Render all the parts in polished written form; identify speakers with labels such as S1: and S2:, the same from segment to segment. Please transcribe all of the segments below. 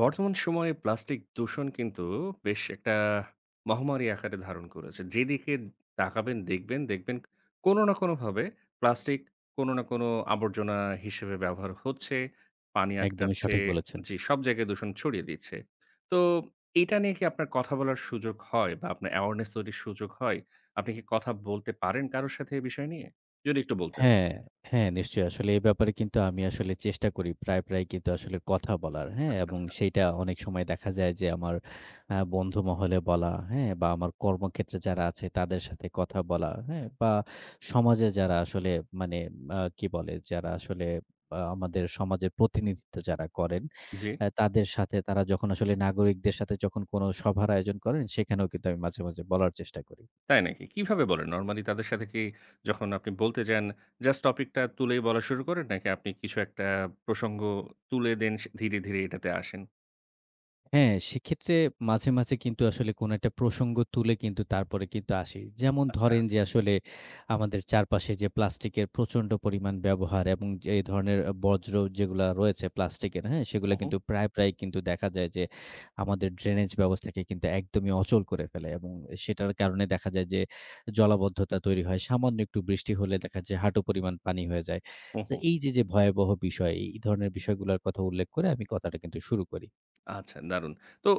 S1: বর্তমান সময়ে প্লাস্টিক দূষণ কিন্তু বেশ একটা মহামারী আকারে ধারণ করেছে। যেদিকে তাকাবেন দেখবেন, কোনো না কোনোভাবে প্লাস্টিক কোনো না কোনো আবর্জনা হিসেবে ব্যবহার হচ্ছে, পানি
S2: একদমই
S1: আটকাচ্ছে।
S2: সঠিক বলেছেন।
S1: জি, সব জায়গায় দূষণ ছড়িয়ে দিচ্ছে। তো এটা নিয়ে কি আপনার কথা বলার সুযোগ হয় বা আপনার awareness তৈরির সুযোগ হয়? আপনি কি কথা বলতে পারেন কারো সাথে এ বিষয় নিয়ে? যদি একটু বলতেন।
S2: হ্যাঁ, হ্যাঁ, নিশ্চয়ই আসলে এই ব্যাপারে কিন্তু আমি আসলে চেষ্টা করি প্রায় কিন্তু আসলে কথা বলার, হ্যাঁ?
S1: আচ্ছা,
S2: এবং
S1: আচ্ছা।
S2: সেইটা অনেক সময় দেখা যায় যে আমার বন্ধু মহলে বলা, হ্যাঁ? বা আমার কর্মক্ষেত্রে যারা আছে তাদের সাথে কথা বলা, হ্যাঁ? বা সমাজে যারা আসলে মানে কি বলে? যারা আসলে আমাদের সমাজের প্রতিনিধিত্ব যারা করেন,
S1: জি।
S2: তাদের সাথে তারা যখন আসলে নাগরিকদের সাথে যখন কোনো সভার আয়োজন করেন, সেখানেও কিন্তু আমি মাঝে, মাঝে বলার চেষ্টা করি।
S1: তাই নাকি? কিভাবে বলেন? নরমালি তাদের সাথে কি যখন আপনি বলতে যান, জাস্ট টপিকটা তুলেই বলা শুরু করেন? নাকি আপনি কিছু একটা প্রসঙ্গ তুলে দেন সে ধীরে, ধীরে এটাতে আসেন?
S2: হ্যাঁ, সেক্ষেত্রে মাঝে, মাঝে কিন্তু আসলে কোনো একটা প্রসঙ্গ তুলে কিন্তু তারপরে কিন্তু আসি। যেমন
S1: আচ্ছা।
S2: ধরেন যে আসলে আমাদের চারপাশে যে প্লাস্টিকের প্রচণ্ড পরিমাণ ব্যবহার এবং যে এই ধরনের বর্জ্য যেগুলা রয়েছে প্লাস্টিকের, হ্যাঁ? সেগুলা
S1: হুম, হুম।
S2: কিন্তু প্রায় কিন্তু দেখা যায় যে আমাদের ড্রেনেজ ব্যবস্থাকে কিন্তু একদমই অচল করে ফেলে এবং সেটার কারণে দেখা যায় যে জলাবদ্ধতা তৈরি হয়। সামান্য একটু বৃষ্টি হলে দেখা যায় হাঁটু পরিমাণ পানি হয়ে যায়।
S1: হু,
S2: তো
S1: হু।
S2: এই যে, যে ভয়াবহ বিষয়, এই ধরনের বিষয়গুলার কথা উল্লেখ করে আমি কথাটা কিন্তু শুরু করি।
S1: আচ্ছা দারুণ। তো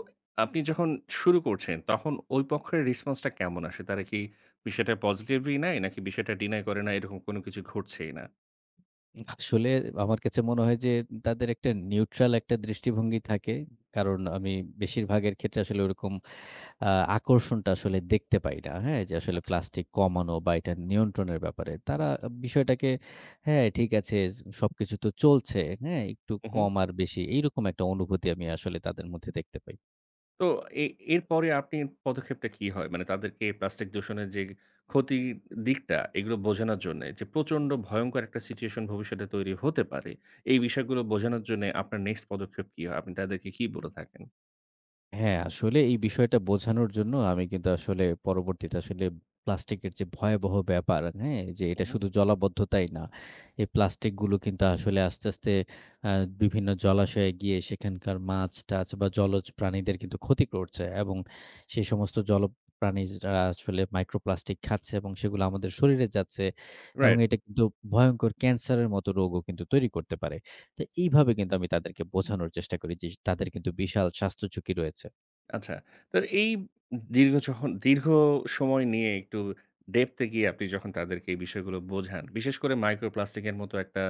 S1: আপনি যখন শুরু করছেন, তখন ওই পক্ষের রেসপন্সটা কেমন আসে? তারা কি বিষয়টা পজিটিভলি নেয়? নাকি বিষয়টা ডিনাই করে না, এরকম কোনো কিছু ঘটছেই না?
S2: আসলে আমার কাছে মনে হয় যে তাদের একটা নিউট্রাল একটা দৃষ্টিভঙ্গি থাকে। কারণ আমি বেশিরভাগের ক্ষেত্রে আসলে ওরকম আ আকর্ষণটা আসলে দেখতে পাই না। হ্যাঁ? যে আসলে
S1: আচ্ছা।
S2: প্লাস্টিক কমানো বা এটা নিয়ন্ত্রণের ব্যাপারে। তারা বিষয়টাকে হ্যাঁ, ঠিক আছে, সবকিছু তো চলছে। হ্যাঁ? একটু
S1: উহু।
S2: কম আর বেশি এইরকম একটা অনুভূতি আমি আসলে তাদের মধ্যে দেখতে পাই।
S1: তো এ এরপরে আপনি পদক্ষেপটা কি হয়? মানে তাদেরকে প্লাস্টিক দূষণের যে ক্ষতির দিকটা, এগুলো বোঝানোর জন্যে যে প্রচন্ড ভয়ংকর একটা সিচুয়েশন ভবিষ্যতে তৈরি হতে পারে, এই বিষয়গুলো বোঝানোর জন্যে আপনার নেক্সট পদক্ষেপ কি হয়? আপনি তাদেরকে কি বলে থাকেন?
S2: হ্যাঁ, আসলে এই বিষয়টা বোঝানোর জন্য আমি কিন্তু আসলে পরবর্তীতে আসলে প্লাস্টিকের যে ভয়াবহ ব্যাপার, হ্যাঁ? যে
S1: হু,
S2: এটা
S1: হু।
S2: শুধু জলাবদ্ধতাই না। এই প্লাস্টিকগুলো কিন্তু আসলে আস্তে, আস্তে আ বিভিন্ন জলাশয়ে গিয়ে সেখানকার মাছ-টাছ বা জলজ প্রাণীদের কিন্তু ক্ষতি করছে এবং সেই সমস্ত প্রাণীরা আসলে মাইক্রোপ্লাস্টিক খাচ্ছে এবং সেগুলো আমাদের শরীরে যাচ্ছে এবং
S1: রাইট।
S2: এটা কিন্তু ভয়ংকর ক্যান্সারের মতো রোগও কিন্তু তৈরি করতে পারে। তো এইভাবে কিন্তু আমি তাদেরকে বোঝানোর চেষ্টা করি যে তাদের কিন্তু বিশাল স্বাস্থ্য ঝুঁকি রয়েছে।
S1: আচ্ছা। তো এই দীর্ঘ যখন দীর্ঘ সময় নিয়ে একটু ডেপথ এ গিয়ে আপনি যখন তাদেরকে এই বিষয়গুলো বোঝান, বিশেষ করে মাইক্রোপ্লাস্টিকের মতো একটা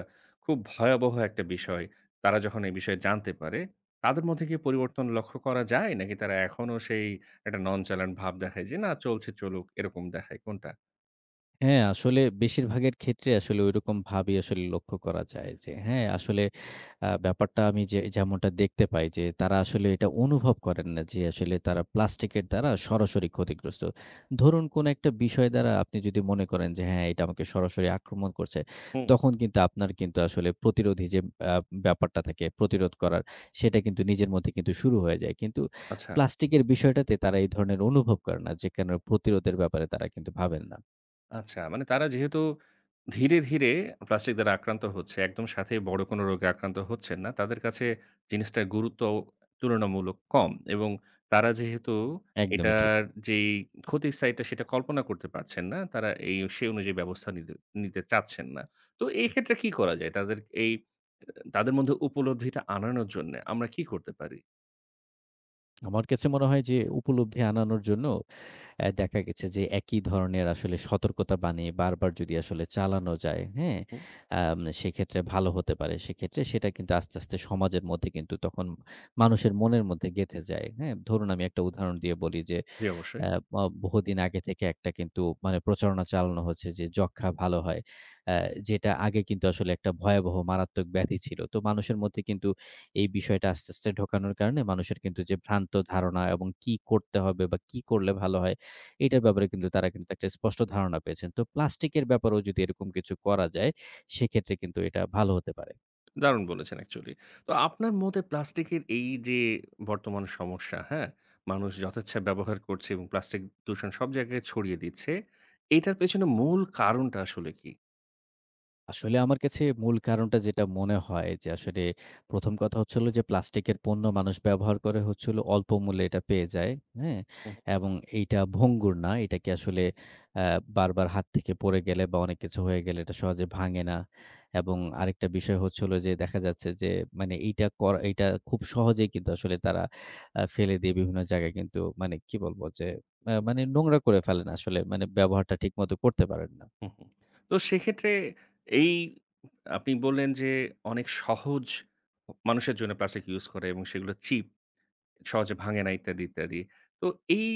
S1: খুব ভয়াবহ একটা বিষয়, তারা যখন এই বিষয়ে জানতে পারে, তাদের মধ্যে কি পরিবর্তন লক্ষ্য করা যায়? নাকি তারা এখনো সেই একটা ননচালান্ট ভাব দেখায় যে, "না চলছে চলুক" এরকম দেখায় কোনটা?
S2: হ্যাঁ, আসলে বেশিরভাগের ক্ষেত্রে আসলে ঐরকম ভাবেই আসলে লক্ষ্য করা যায় যে হ্যাঁ, আসলে ব্যাপারটা আমি যে যেমনটা দেখতে পাই যে তারা আসলে এটা অনুভব করেন না যে আসলে তারা প্লাস্টিকের দ্বারা সরাসরি ক্ষতিগ্রস্ত। ধরুন কোন একটা বিষয় দ্বারা আপনি যদি মনে করেন যে হ্যাঁ, এটা আমাকে সরাসরি আক্রমণ করছে,
S1: হুম।
S2: তখন কিন্তু আপনার কিন্তু আসলে প্রতিরোধী যে আ ব্যাপারটা থাকে প্রতিরোধ করার, সেটা কিন্তু নিজের মধ্যে কিন্তু শুরু হয়ে যায়। কিন্তু
S1: আচ্ছা।
S2: প্লাস্টিকের বিষয়টাতে তারা এই ধরনের অনুভব করে না যে কেন প্রতিরোধের ব্যাপারে তারা কিন্তু ভাবেন না।
S1: আচ্ছা, মানে তারা যেহেতু ধীরে, দ্ধিরে প্লাস্টিক দ্বারা আক্রান্ত হচ্ছে, একদম সাথে বড় কোনো রোগে আক্রান্ত হচ্ছেন না। তাদের কাছে জিনিসটার গুরুত্ব তুলনামূলক কম এবং তারা যেহেতু
S2: একদমই ঠিক।
S1: এটার যেই ক্ষতির সাইডটা সেটা কল্পনা করতে পারছেন না, তারা সেই অনুযায়ী ব্যবস্থা নিতে নিতে চাচ্ছেন না। তো এই ক্ষেত্রে কি করা যায়? এই তাদের মধ্যে উপলব্ধিটা আনানোর জন্যে আমরা কি করতে পারি?
S2: আমার কাছে মনে হয় যে উপলব্ধি আনানোর জন্য দেখা গেছে যে একই ধরনের আসলে সতর্কতা বাণী বারবার যদি আসলে চালানো যায়, হ্যাঁ?
S1: হু, হু।
S2: সেক্ষেত্রে ভালো হতে পারে। সেক্ষেত্রে সেটা কিন্তু আস্তে, আস্তে সমাজের মধ্যে কিন্তু তখন মানুষের মনের মধ্যে গেঁথে যায়, হ্যাঁ? ধরুন আমি একটা উদাহরণ দিয়ে বলি যে
S1: জি, অবশ্যই।
S2: অ্যা ব বহুদিন আগে থেকে একটা কিন্তু মানে প্রচারণা চালানো হচ্ছে যে যক্ষা ভালো হয়। অ্যা যেটা আগে কিন্তু আসলে একটা ভয়াবহ মারাত্মক ব্যাধি ছিল। তো মানুষের মধ্যে কিন্তু এই বিষয়টা আস্তে, আস্তে ঢোকানোর কারণে মানুষের কিন্তু যে ভ্রান্ত ধারণা এবং কি করতে হবে বা কি করলে ভালো হয়, এটার ব্যাপারে কিন্তু তারা কিন্তু একটা স্পষ্ট ধারণা পেয়েছেন। তো প্লাস্টিকের ব্যাপারেও যদি এরকম কিছু করা যায়, সেক্ষেত্রে কিন্তু এটা ভালো হতে পারে।
S1: দারুণ বলেছেন অ্যাকচুয়ালি। তো আপনার মতে প্লাস্টিকের এই যে বর্তমান সমস্যা, হ্যাঁ? মানুষ যথেচ্ছা ব্যবহার করছে এবং প্লাস্টিক দূষণ সব জায়গায় ছড়িয়ে দিচ্ছে। এটার পেছনে মূল কারণটা আসলে কি?
S2: আসলে আমার কাছে মূল কারণটা যেটা মনে হয় যে আসলে ১ম কথা হচ্ছে হলো যে প্লাস্টিকের পণ্য মানুষ ব্যবহার করে হচ্ছে হলো অল্প মূল্যে এটা পেয়ে যায়, হ্যাঁ?
S1: হুম,
S2: এবং এইটা ভঙ্গুর না। এটাকে আসলে অ্যা বারবার হাত থেকে পড়ে গেলে বা অনেক কিছু হয়ে গেলে এটা সহজে ভাঙে না। এবং আরেকটা বিষয় হচ্ছে হলো যে দেখা যাচ্ছে যে মানে এইটা করা এইটা খুব সহজেই কিন্তু আসলে তারা ফেলে দিয়ে বিভিন্ন জায়গায় কিন্তু মানে কি বলবো যে মানে নোংরা করে ফেলেন আসলে মানে ব্যবহারটা ঠিকমতো করতে পারেন না।
S1: হুম, হুম। তো সেক্ষেত্রে এই আপনি বললেন যে অনেক সহজ মানুষের জন্য প্লাস্টিক ইউজ করে এবং সেগুলো চিপ, সহজে ভাঙে না ইত্যাদি, ইত্যাদি। তো এই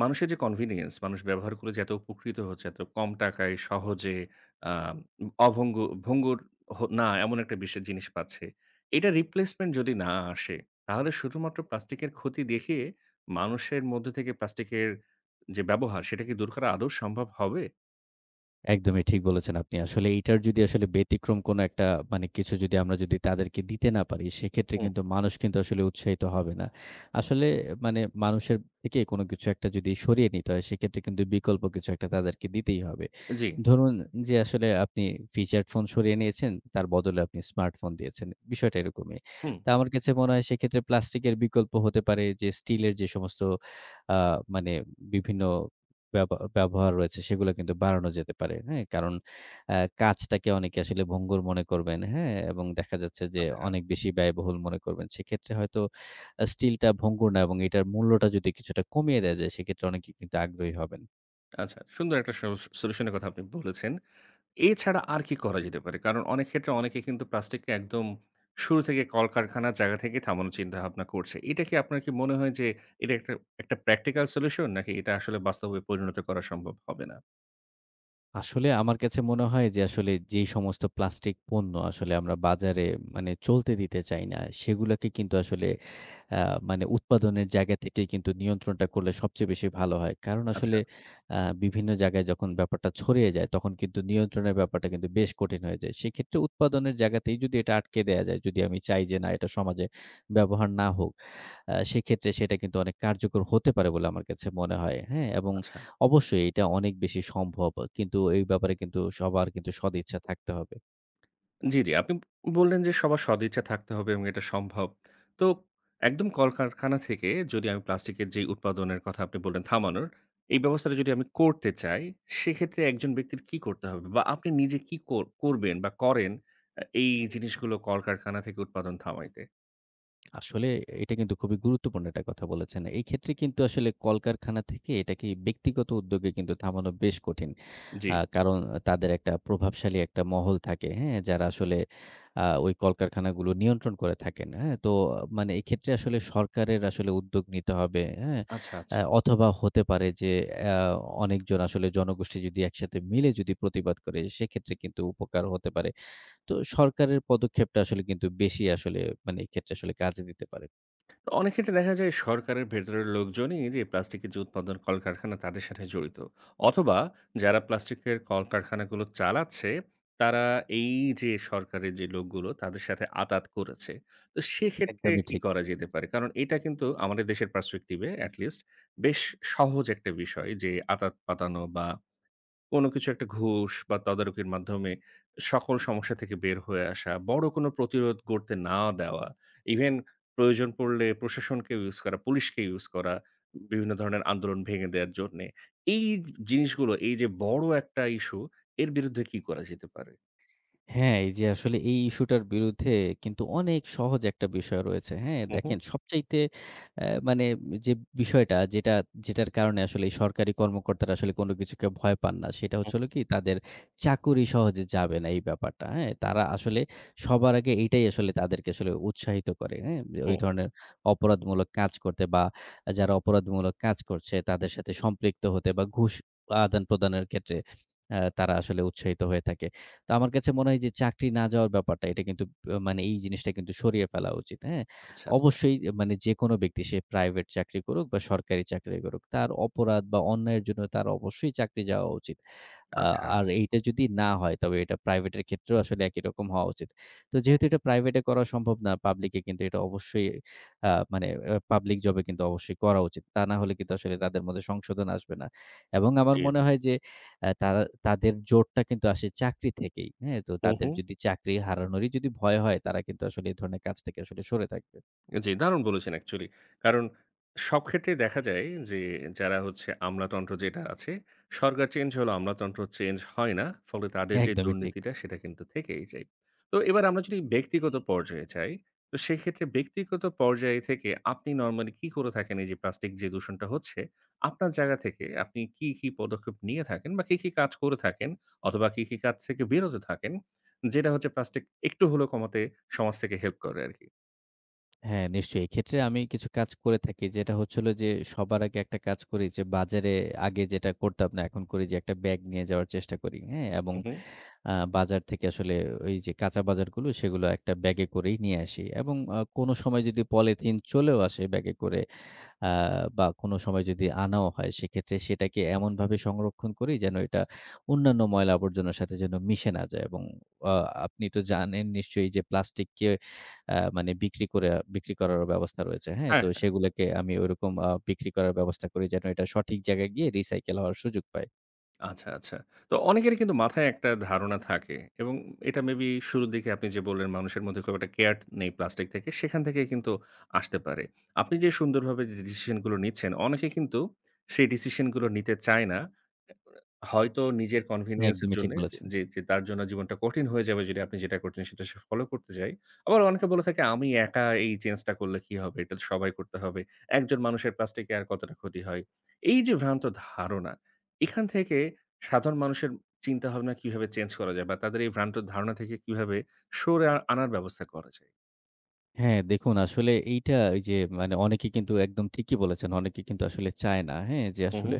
S1: মানুষের যে কনভিনিয়েন্স, মানুষ ব্যবহার করে যে এত উপকৃত হচ্ছে, এত কম টাকায় সহজে আ ভঙ্গুর হ না এমন একটা বিশেষ জিনিস পাচ্ছে। এটা রিপ্লেসমেন্ট যদি না আসে, তাহলে শুধুমাত্র প্লাস্টিকের ক্ষতি দেখিয়ে মানুষের মধ্যে থেকে প্লাস্টিকের যে ব্যবহার, সেটা কি দূর করা আদৌ সম্ভব হবে?
S2: একদমই ঠিক বলেছেন আপনি। আসলে এইটার যদি আসলে ব্যতিক্রম কোনো একটা মানে কিছু যদি আমরা যদি তাদেরকে দিতে না পারি, সেক্ষেত্রে
S1: হুম।
S2: কিন্তু মানুষ কিন্তু আসলে উৎসাহিত হবে না। আসলে মানে মানুষের থেকে কোনো কিছু একটা যদি সরিয়ে নিতে হয়, সেক্ষেত্রে কিন্তু বিকল্প কিছু একটা তাদেরকে দিতেই হবে।
S1: জি,
S2: ধরুন যে আসলে আপনি ফিচার ফোন সরিয়ে নিয়েছেন, তার বদলে আপনি স্মার্টফোন দিয়েছেন। বিষয়টা এরকমই।
S1: হুম।
S2: তো আমার কাছে মনে হয় সেক্ষেত্রে প্লাস্টিকের বিকল্প হতে পারে যে স্টিলের যে সমস্ত আ মানে বিভিন্ন ব্যব ব্যবহার রয়েছে সেগুলো কিন্তু বাড়ানো যেতে পারে। হ্যাঁ? কারণ আ কাজটাকে অনেকে আসলে ভঙ্গুর মনে করবেন। হ্যাঁ? এবং দেখা যাচ্ছে যে
S1: আচ্ছা।
S2: অনেক বেশি ব্যয়বহুল মনে করবেন। সেক্ষেত্রে হয়তো স্টিলটা ভঙ্গুর না এবং এটার মূল্যটা যদি কিছুটা কমিয়ে দেয়া যায় সেক্ষেত্রে অনেকে কিন্তু আগ্রহী হবেন।
S1: আচ্ছা, সুন্দর একটা সলিউশন এর কথা আপনি বলেছেন। এছাড়া আর কি করা যেতে পারে? কারণ অনেক ক্ষেত্রে অনেকে কিন্তু প্লাস্টিককে একদম শুরু থেকে কলকারখানার জায়গা থেকে থামানোর চিন্তাভাবনা করছে। এটা কি আপনার কি মনে হয় যে এটা একটা একটা প্র্যাকটিক্যাল সলিউশন নাকি এটা আসলে বাস্তবে পরিণত করা সম্ভব হবে না?
S2: আসলে আমার কাছে মনে হয় যে আসলে যেই সমস্ত প্লাস্টিক পণ্য আসলে আমরা বাজারে মানে চলতে দিতে চাই না সেগুলাকে কিন্তু আসলে আ মানে উৎপাদনের জায়গা থেকেই কিন্তু নিয়ন্ত্রণটা করলে সবচেয়ে বেশি ভালো হয়। কারণ
S1: আচ্ছা,
S2: আসলে বিভিন্ন জায়গায় যখন ব্যাপারটা ছড়িয়ে যায়, তখন কিন্তু নিয়ন্ত্রণের ব্যাপারটা কিন্তু বেশ কঠিন হয়ে যায়। সেক্ষেত্রে উৎপাদনের জায়গাতেই যদি এটা আটকে দেয়া যায়, যদি আমি চাই যে না এটা সমাজে ব্যবহার না হোক, সেক্ষেত্রে সেটা কিন্তু অনেক কার্যকর হতে পারে বলে আমার কাছে মনে হয়। হ্যাঁ? এবং
S1: আচ্ছা।
S2: অবশ্যই এটা অনেক বেশি সম্ভব। কিন্তু এই ব্যাপারে কিন্তু সবার কিন্তু সদিচ্ছা থাকতে হবে।
S1: জি, জি। আপনি বললেন যে সবার সদিচ্ছা থাকতে হবে এবং এটা সম্ভব। তো একদম কলকারখানা থেকে যদি আমি প্লাস্টিকের যে উৎপাদনের কথা আপনি বললেন থামানোর, এই ব্যবস্থাটা যদি আমি করতে চাই, সেক্ষেত্রে একজন ব্যক্তির কি করতে হবে? বা আপনি নিজে কি করবেন বা করেন এই জিনিসগুলো কলকারখানা থেকে উৎপাদন থামাইতে?
S2: আসলে এটা কিন্তু খুবই গুরুত্বপূর্ণ একটা কথা বলেছেন। এই ক্ষেত্রে কিন্তু আসলে কলকারখানা থেকে এটাকে ব্যক্তিগত উদ্যোগে কিন্তু থামানো বেশ কঠিন।
S1: জি।
S2: কারণ তাদের একটা প্রভাবশালী একটা মহল থাকে, হ্যাঁ? যারা আসলে ওই কলকারখানাগুলো নিয়ন্ত্রণ করে থাকেন, হ্যাঁ? তো মানে এক্ষেত্রে আসলে সরকারের আসলে উদ্যোগ নিতে হবে, হ্যাঁ?
S1: আচ্ছা, আচ্ছা।
S2: অথবা হতে পারে যে আ অনেকজন আসলে জনগোষ্ঠী যদি একসাথে মিলে যদি প্রতিবাদ করে, সেক্ষেত্রে কিন্তু উপকার হতে পারে। তো সরকারের পদক্ষেপটা আসলে কিন্তু বেশি আসলে মানে এক্ষেত্রে আসলে কাজে দিতে পারে।
S1: অনেক ক্ষেত্রে দেখা যায় সরকারের ভেতরের লোকজনই যে প্লাস্টিকের যে উৎপাদন কলকারখানা তাদের সাথে জড়িত অথবা যারা প্লাস্টিকের কলকারখানাগুলো চালাচ্ছে তারা এই যে সরকারের যে লোকগুলো তাদের সাথে আতাত করেছে। তো সেক্ষেত্রে
S2: একদমই
S1: কি
S2: ঠিক।
S1: করা যেতে পারে? কারণ এটা কিন্তু আমাদের দেশের পার্সপেক্টিভে অ্যাটলিস্ট বেশ সহজ একটা বিষয় যে আতাত পাতানো বা কোনো কিছু একটা ঘুষ বা তদারকির মাধ্যমে সকল সমস্যা থেকে বের হয়ে আসা, বড় কোনো প্রতিরোধ গড়তে না দেওয়া, ইভেন প্রয়োজন পড়লে প্রশাসনকে ইউজ করা, পুলিশকে ইউজ করা, বিভিন্ন ধরনের আন্দোলন ভেঙে দেওয়ার জন্যে। এই জিনিসগুলো, এই যে বড় একটা ইস্যু, এর বিরুদ্ধে কি করা যেতে পারে?
S2: হ্যাঁ, এই যে আসলে এই ইস্যুটার বিরুদ্ধে কিন্তু অনেক সহজ একটা বিষয় রয়েছে। হ্যাঁ?
S1: হু, হু,
S2: দেখেন সবচাইতে মানে যে বিষয়টা যেটার কারণে আসলে এই সরকারি কর্মকর্তারা আসলে কোনো কিছুকে ভয় পান না, সেটা
S1: হু,
S2: হচ্ছে হলো কি তাদের চাকুরি সহজে যাবে না এই ব্যাপারটা। হ্যাঁ? তারা আসলে সবার আগে এইটাই আসলে তাদেরকে আসলে উৎসাহিত করে। হ্যাঁ? যে
S1: হু।
S2: ওই ধরনের অপরাধমূলক কাজ করতে বা যারা অপরাধমূলক কাজ করছে তাদের সাথে সম্পৃক্ত হতে বা ঘুষ আদান-প্রদানের ক্ষেত্রে তারা আসলে উৎসাহিত হয়ে থাকে। তো আমার কাছে মনে হয় যে চাকরি না যাওয়ার ব্যাপারটা এটা কিন্তু মানে এই জিনিসটা কিন্তু সরিয়ে ফেলা উচিত, হ্যাঁ?
S1: আচ্ছা, আচ্ছা।
S2: অবশ্যই মানে যেকোনো ব্যক্তি সে প্রাইভেট চাকরি করুক বা সরকারি চাকরি করুক, তার অপরাধ বা অন্যায়ের জন্য তার অবশ্যই চাকরি যাওয়া উচিত। আ
S1: আচ্ছা,
S2: আর এইটা যদি না হয় তবে এটা প্রাইভেটের ক্ষেত্রেও আসলে একই রকম হওয়া উচিত। তো যেহেতু এটা প্রাইভেটে করা সম্ভব না, পাবলিকে কিন্তু এটা অবশ্যই মানে পাবলিক জবে কিন্তু অবশ্যই করা উচিত। তা না হলে কিন্তু আসলে তাদের মধ্যে সংশোধন আসবে না। এবং আমার
S1: জি,
S2: মনে
S1: জি।
S2: হয় যে তারা তাদের জোরটা কিন্তু আসে চাকরি থেকেই। হ্যাঁ? তো
S1: হু,
S2: তাদের
S1: হু।
S2: যদি চাকরি হারানোরই যদি ভয় হয়, তারা কিন্তু আসলে এই ধরনের কাজ থেকে আসলে সরে থাকবে।
S1: জি, দারুণ বলেছেন অ্যাকচুয়ালি। কারণ সব ক্ষেত্রেই দেখা যায় যে যারা হচ্ছে আমলাতন্ত্র যেটা আছে, সরকার চেঞ্জ হলেও আমলাতন্ত্র চেঞ্জ হয় না। ফলে তাদের যে
S2: একদমই ঠিক।
S1: দুর্নীতিটা সেটা কিন্তু থেকেই যায়। তো এবার আমরা যদি ব্যক্তিগত পর্যায়ে যাই, তো সেক্ষেত্রে ব্যক্তিগত পর্যায় থেকে আপনি নরমালি কি করে থাকেন এই যে প্লাস্টিক যে দূষণটা হচ্ছে, আপনার জায়গা থেকে আপনি কি, কি পদক্ষেপ নিয়ে থাকেন বা কি, কি কাজ করে থাকেন অথবা কি, কি কাজ থেকে বিরত থাকেন যেটা হচ্ছে প্লাস্টিক একটু হলেও কমাতে সমাজ থেকে হেল্প করে আরকি?
S2: হ্যাঁ, নিশ্চয়ই। এক্ষেত্রে আমি কিছু কাজ করে থাকি। যেটা হচ্ছে হলো যে সবার আগে একটা কাজ করি যে বাজারে আগে যেটা করতাম না, এখন করি যে একটা ব্যাগ নিয়ে যাওয়ার চেষ্টা করি। হ্যাঁ? এবং
S1: হু, হু।
S2: বাজার থেকে আসলে ওই যে কাঁচা বাজারগুলো সেগুলো একটা ব্যাগে করেই নিয়ে আসি। এবং কোনো সময় যদি পলিথিন চলেও আসে ব্যাগে করে আ বা কোনো সময় যদি আনাও হয় সেক্ষেত্রে সেটাকে এমনভাবে সংরক্ষণ করি যেন এটা অন্যান্য ময়লা আবর্জনার সাথে যেন মিশে না যায় এবং আ আপনি তো জানেন নিশ্চয়ই যে প্লাস্টিককে মানে বিক্রি করারও ব্যবস্থা রয়েছে। হ্যাঁ? তো সেগুলোকে আমি ওইরকম বিক্রি করার ব্যবস্থা করি যেন এটা সঠিক জায়গায় গিয়ে রিসাইকেল হওয়ার সুযোগ পায়।
S1: আচ্ছা, আচ্ছা। তো অনেকেরই কিন্তু মাথায় একটা ধারণা থাকে এবং এটা মেবি শুরুর দিকে আপনি যে বললেন, মানুষের মধ্যে খুব একটা কেয়ার নেই প্লাস্টিক থেকে, সেখান থেকেই কিন্তু আসতে পারে। আপনি যে সুন্দরভাবে যে ডিসিশন গুলো নিচ্ছেন, অনেকে কিন্তু সেই ডিসিশন গুলো নিতে চায় না। হয়তো নিজের কনভেনিয়েন্স এর
S2: একদমই ঠিক
S1: জন্যে যে,
S2: বলেছেন।
S1: যে তার জন্য জীবনটা কঠিন হয়ে যাবে যদি আপনি যেটা করছেন সেটা সে ফলো করতে চায়। আবার অনেকে বলে থাকে, "আমি একা এই চেঞ্জটা করলে কি হবে? এটা তো সবাই করতে হবে। একজন মানুষের প্লাস্টিকে আর কতটা ক্ষতি হয়?" এই যে ভ্রান্ত ধারণা, এখান থেকে সাধারণ মানুষের চিন্তাভাবনা কিভাবে চেঞ্জ করা যায় বা তাদের এই ভ্রান্ত ধারণা থেকে কিভাবে সরে আনার ব্যবস্থা করা যায়?
S2: হ্যাঁ, দেখুন আসলে এইটা ওই যে মানে অনেকে কিন্তু একদম ঠিকই বলেছেন। অনেকে কিন্তু আসলে চায় না। হ্যাঁ? যে
S1: হু, হু,
S2: আসলে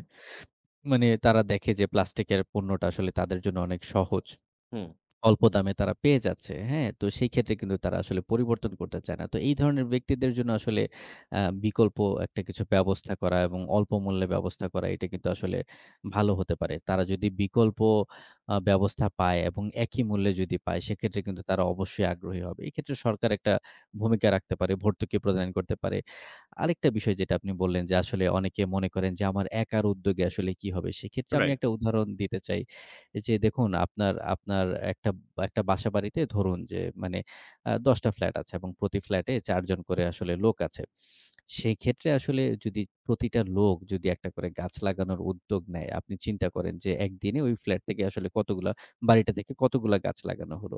S2: মানে তারা দেখে যে প্লাস্টিকের পণ্যটা আসলে তাদের জন্য অনেক সহজ।
S1: হুম।
S2: অল্প দামে তারা পেয়ে যাচ্ছে। হ্যাঁ? তো সেই ক্ষেত্রে কিন্তু তারা আসলে পরিবর্তন করতে চায় না। তো এই ধরনের ব্যক্তিদের জন্য আসলে বিকল্প একটা কিছু ব্যবস্থা করা এবং অল্প মূল্যে ব্যবস্থা করা এটা কিন্তু আসলে ভালো হতে পারে। তারা যদি বিকল্প ব্যবস্থা পায় এবং একই মূল্যে যদি পায় সেক্ষেত্রে কিন্তু তারা অবশ্যই আগ্রহী হবে। এক্ষেত্রে সরকার একটা ভূমিকা রাখতে পারে, ভর্তুকি প্রদান করতে পারে। আরেকটা বিষয় যেটা আপনি বললেন যে আসলে অনেকে মনে করেন যে আমার একার উদ্যোগে আসলে কি হবে? সেক্ষেত্রে আমি
S1: রাইট।
S2: একটা উদাহরণ দিতে চাই। যে দেখুন আপনার আপনার একটা একটা বাসাবাড়িতে ধরুন যে মানে ১০ টা ফ্ল্যাট আছে এবং প্রতি ফ্ল্যাটে ৪ জন করে আসলে লোক আছে। সেক্ষেত্রে আসলে যদি প্রতিটা লোক যদি একটা করে গাছ লাগানোর উদ্যোগ নেয়, আপনি চিন্তা করেন যে একদিনে ওই ফ্ল্যাট থেকে আসলে কতগুলা বাড়িটা থেকে কতগুলা গাছ লাগানো হলো।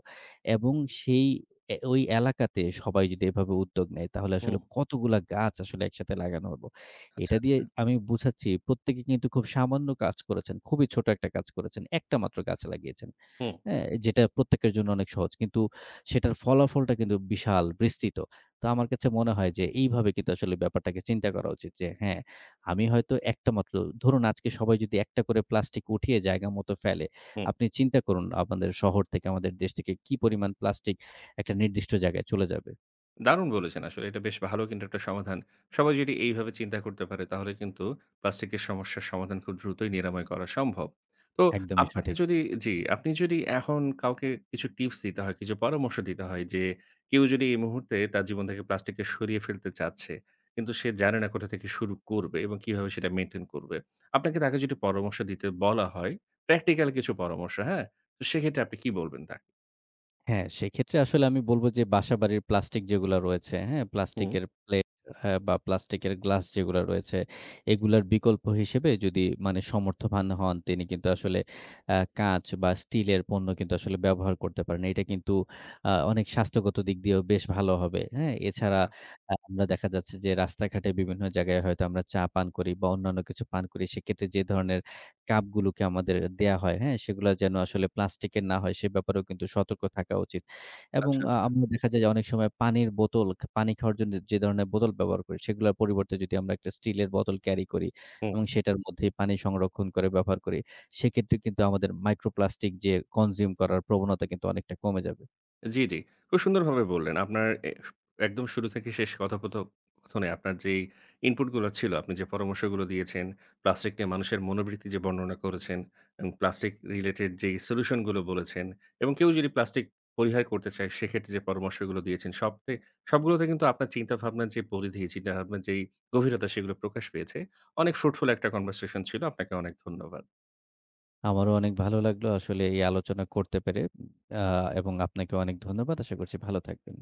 S2: এবং সেই এ ওই এলাকাতে সবাই যদি এভাবে উদ্যোগ নেয় তাহলে আসলে
S1: হুম।
S2: কতগুলা গাছ আসলে একসাথে লাগানো হল।
S1: আচ্ছা,
S2: এটা দিয়ে
S1: আচ্ছা।
S2: আমি বুঝাচ্ছি প্রত্যেকে কিন্তু খুব সামান্য কাজ করেছেন। খুবই ছোট একটা কাজ করেছেন। একটা মাত্র গাছ লাগিয়েছেন।
S1: হুম,
S2: হ্যাঁ? যেটা প্রত্যেকের জন্য অনেক সহজ। কিন্তু সেটার ফলাফলটা কিন্তু বিশাল, বিস্তৃত। তো আমার কাছে মনে হয় যে এইভাবে কিন্তু আসলে ব্যাপারটাকে চিন্তা করা উচিত যে হ্যাঁ, আমি হয়তো একটা মাত্র ধরুন আজকে সবাই যদি একটা করে প্লাস্টিক উঠিয়ে জায়গা মতো ফেলে,
S1: হুম।
S2: আপনি চিন্তা করুন আমাদের শহর থেকে, আমাদের দেশ থেকে কি পরিমাণ প্লাস্টিক একটা নির্দিষ্ট জায়গায় চলে যাবে।
S1: দারুণ বলেছেন আসলে। এটা বেশ ভালো কিন্তু একটা সমাধান। সবাই যদি এইভাবে চিন্তা করতে পারে তাহলে কিন্তু প্লাস্টিকের সমস্যার সমাধান খুব দ্রুতই নিরাময় করা সম্ভব। তো
S2: একদমই
S1: আপনাকে
S2: সঠিক।
S1: যদি জি, আপনি যদি এখন কাউকে কিছু টিপস দিতে হয়, কিছু পরামর্শ দিতে হয় যে কেউ যদি এই মুহূর্তে তার জীবন থেকে প্লাস্টিককে সরিয়ে ফেলতে চাচ্ছে, কিন্তু সে জানে না কোথা থেকে শুরু করবে এবং কিভাবে সেটা মেইনটেইন করবে। আপনাকে তাকে যদি পরামর্শ দিতে বলা হয়, প্র্যাকটিক্যাল কিছু পরামর্শ, হ্যাঁ? তো সেক্ষেত্রে আপনি কি বলবেন তাকে?
S2: হ্যাঁ, সেক্ষেত্রে আসলে আমি বলব যে বাসাবাড়ির প্লাস্টিক যেগুলা রয়েছে, হ্যাঁ?
S1: হুম।
S2: প্লাস্টিকের প্লেট বা প্লাস্টিকের গ্লাস যেগুলা রয়েছে, এগুলার বিকল্প হিসেবে যদি মানে সমর্থবান হন তিনি কিন্তু আসলে কাঁচ বা স্টিলের পণ্য কিন্তু আসলে ব্যবহার করতে পারেন। এটা কিন্তু অনেক স্বাস্থ্যগত দিক দিয়েও বেশ ভালো হবে, হ্যাঁ? এছাড়া
S1: আচ্ছা,
S2: আমরা দেখা যাচ্ছে যে রাস্তাঘাটে বিভিন্ন জায়গায় হয়তো আমরা চা পান করি বা অন্যান্য কিছু পান করি। সেক্ষেত্রে যে ধরনের কাপগুলোকে আমাদের দেয়া হয়, হ্যাঁ? সেগুলা যেন আসলে প্লাস্টিকের না হয় সে ব্যাপারেও কিন্তু সতর্ক থাকা উচিত। এবং
S1: আচ্ছা, আচ্ছা।
S2: আমরা দেখা যায় যে অনেক সময় পানির বোতল, পানি খাওয়ার জন্য যে ধরনের বোতল ব্যবহার করি সেগুলার পরিবর্তে যদি আমরা একটা স্টিলের বোতল ক্যারি করি
S1: হুম।
S2: এবং সেটার মধ্যেই পানি সংরক্ষণ করে ব্যবহার করি, সেক্ষেত্রে কিন্তু আমাদের মাইক্রোপ্লাস্টিক যে কনজিউম করার প্রবণতা কিন্তু অনেকটা কমে যাবে।
S1: জি, জি। খুব সুন্দরভাবে বললেন। আপনার একদম শুরু থেকে শেষ কথোপকথনে আপনার যেই ইনপুট গুলো ছিল, আপনি যে পরামর্শগুলো দিয়েছেন, প্লাস্টিক নিয়ে মানুষের মনোবৃত্তি যে বর্ণনা করেছেন এবং প্লাস্টিক রিলেটেড যেই সলিউশন গুলো বলেছেন এবং কেউ যদি প্লাস্টিক পরিহার করতে চায় সেক্ষেত্রে যে পরামর্শগুলো দিয়েছেন সবগুলোতে কিন্তু আপনার চিন্তাভাবনার যে পরিধি, চিন্তাভাবনার যেই গভীরতা সেগুলো প্রকাশ পেয়েছে। অনেক ফ্রুটফুল একটা কনভারসেশন ছিল। আপনাকে অনেক ধন্যবাদ।
S2: আমারও অনেক ভালো লাগলো আসলে এই আলোচনা করতে পেরে। আ এবং আপনাকেও অনেক ধন্যবাদ। আশা করছি ভালো থাকবেন।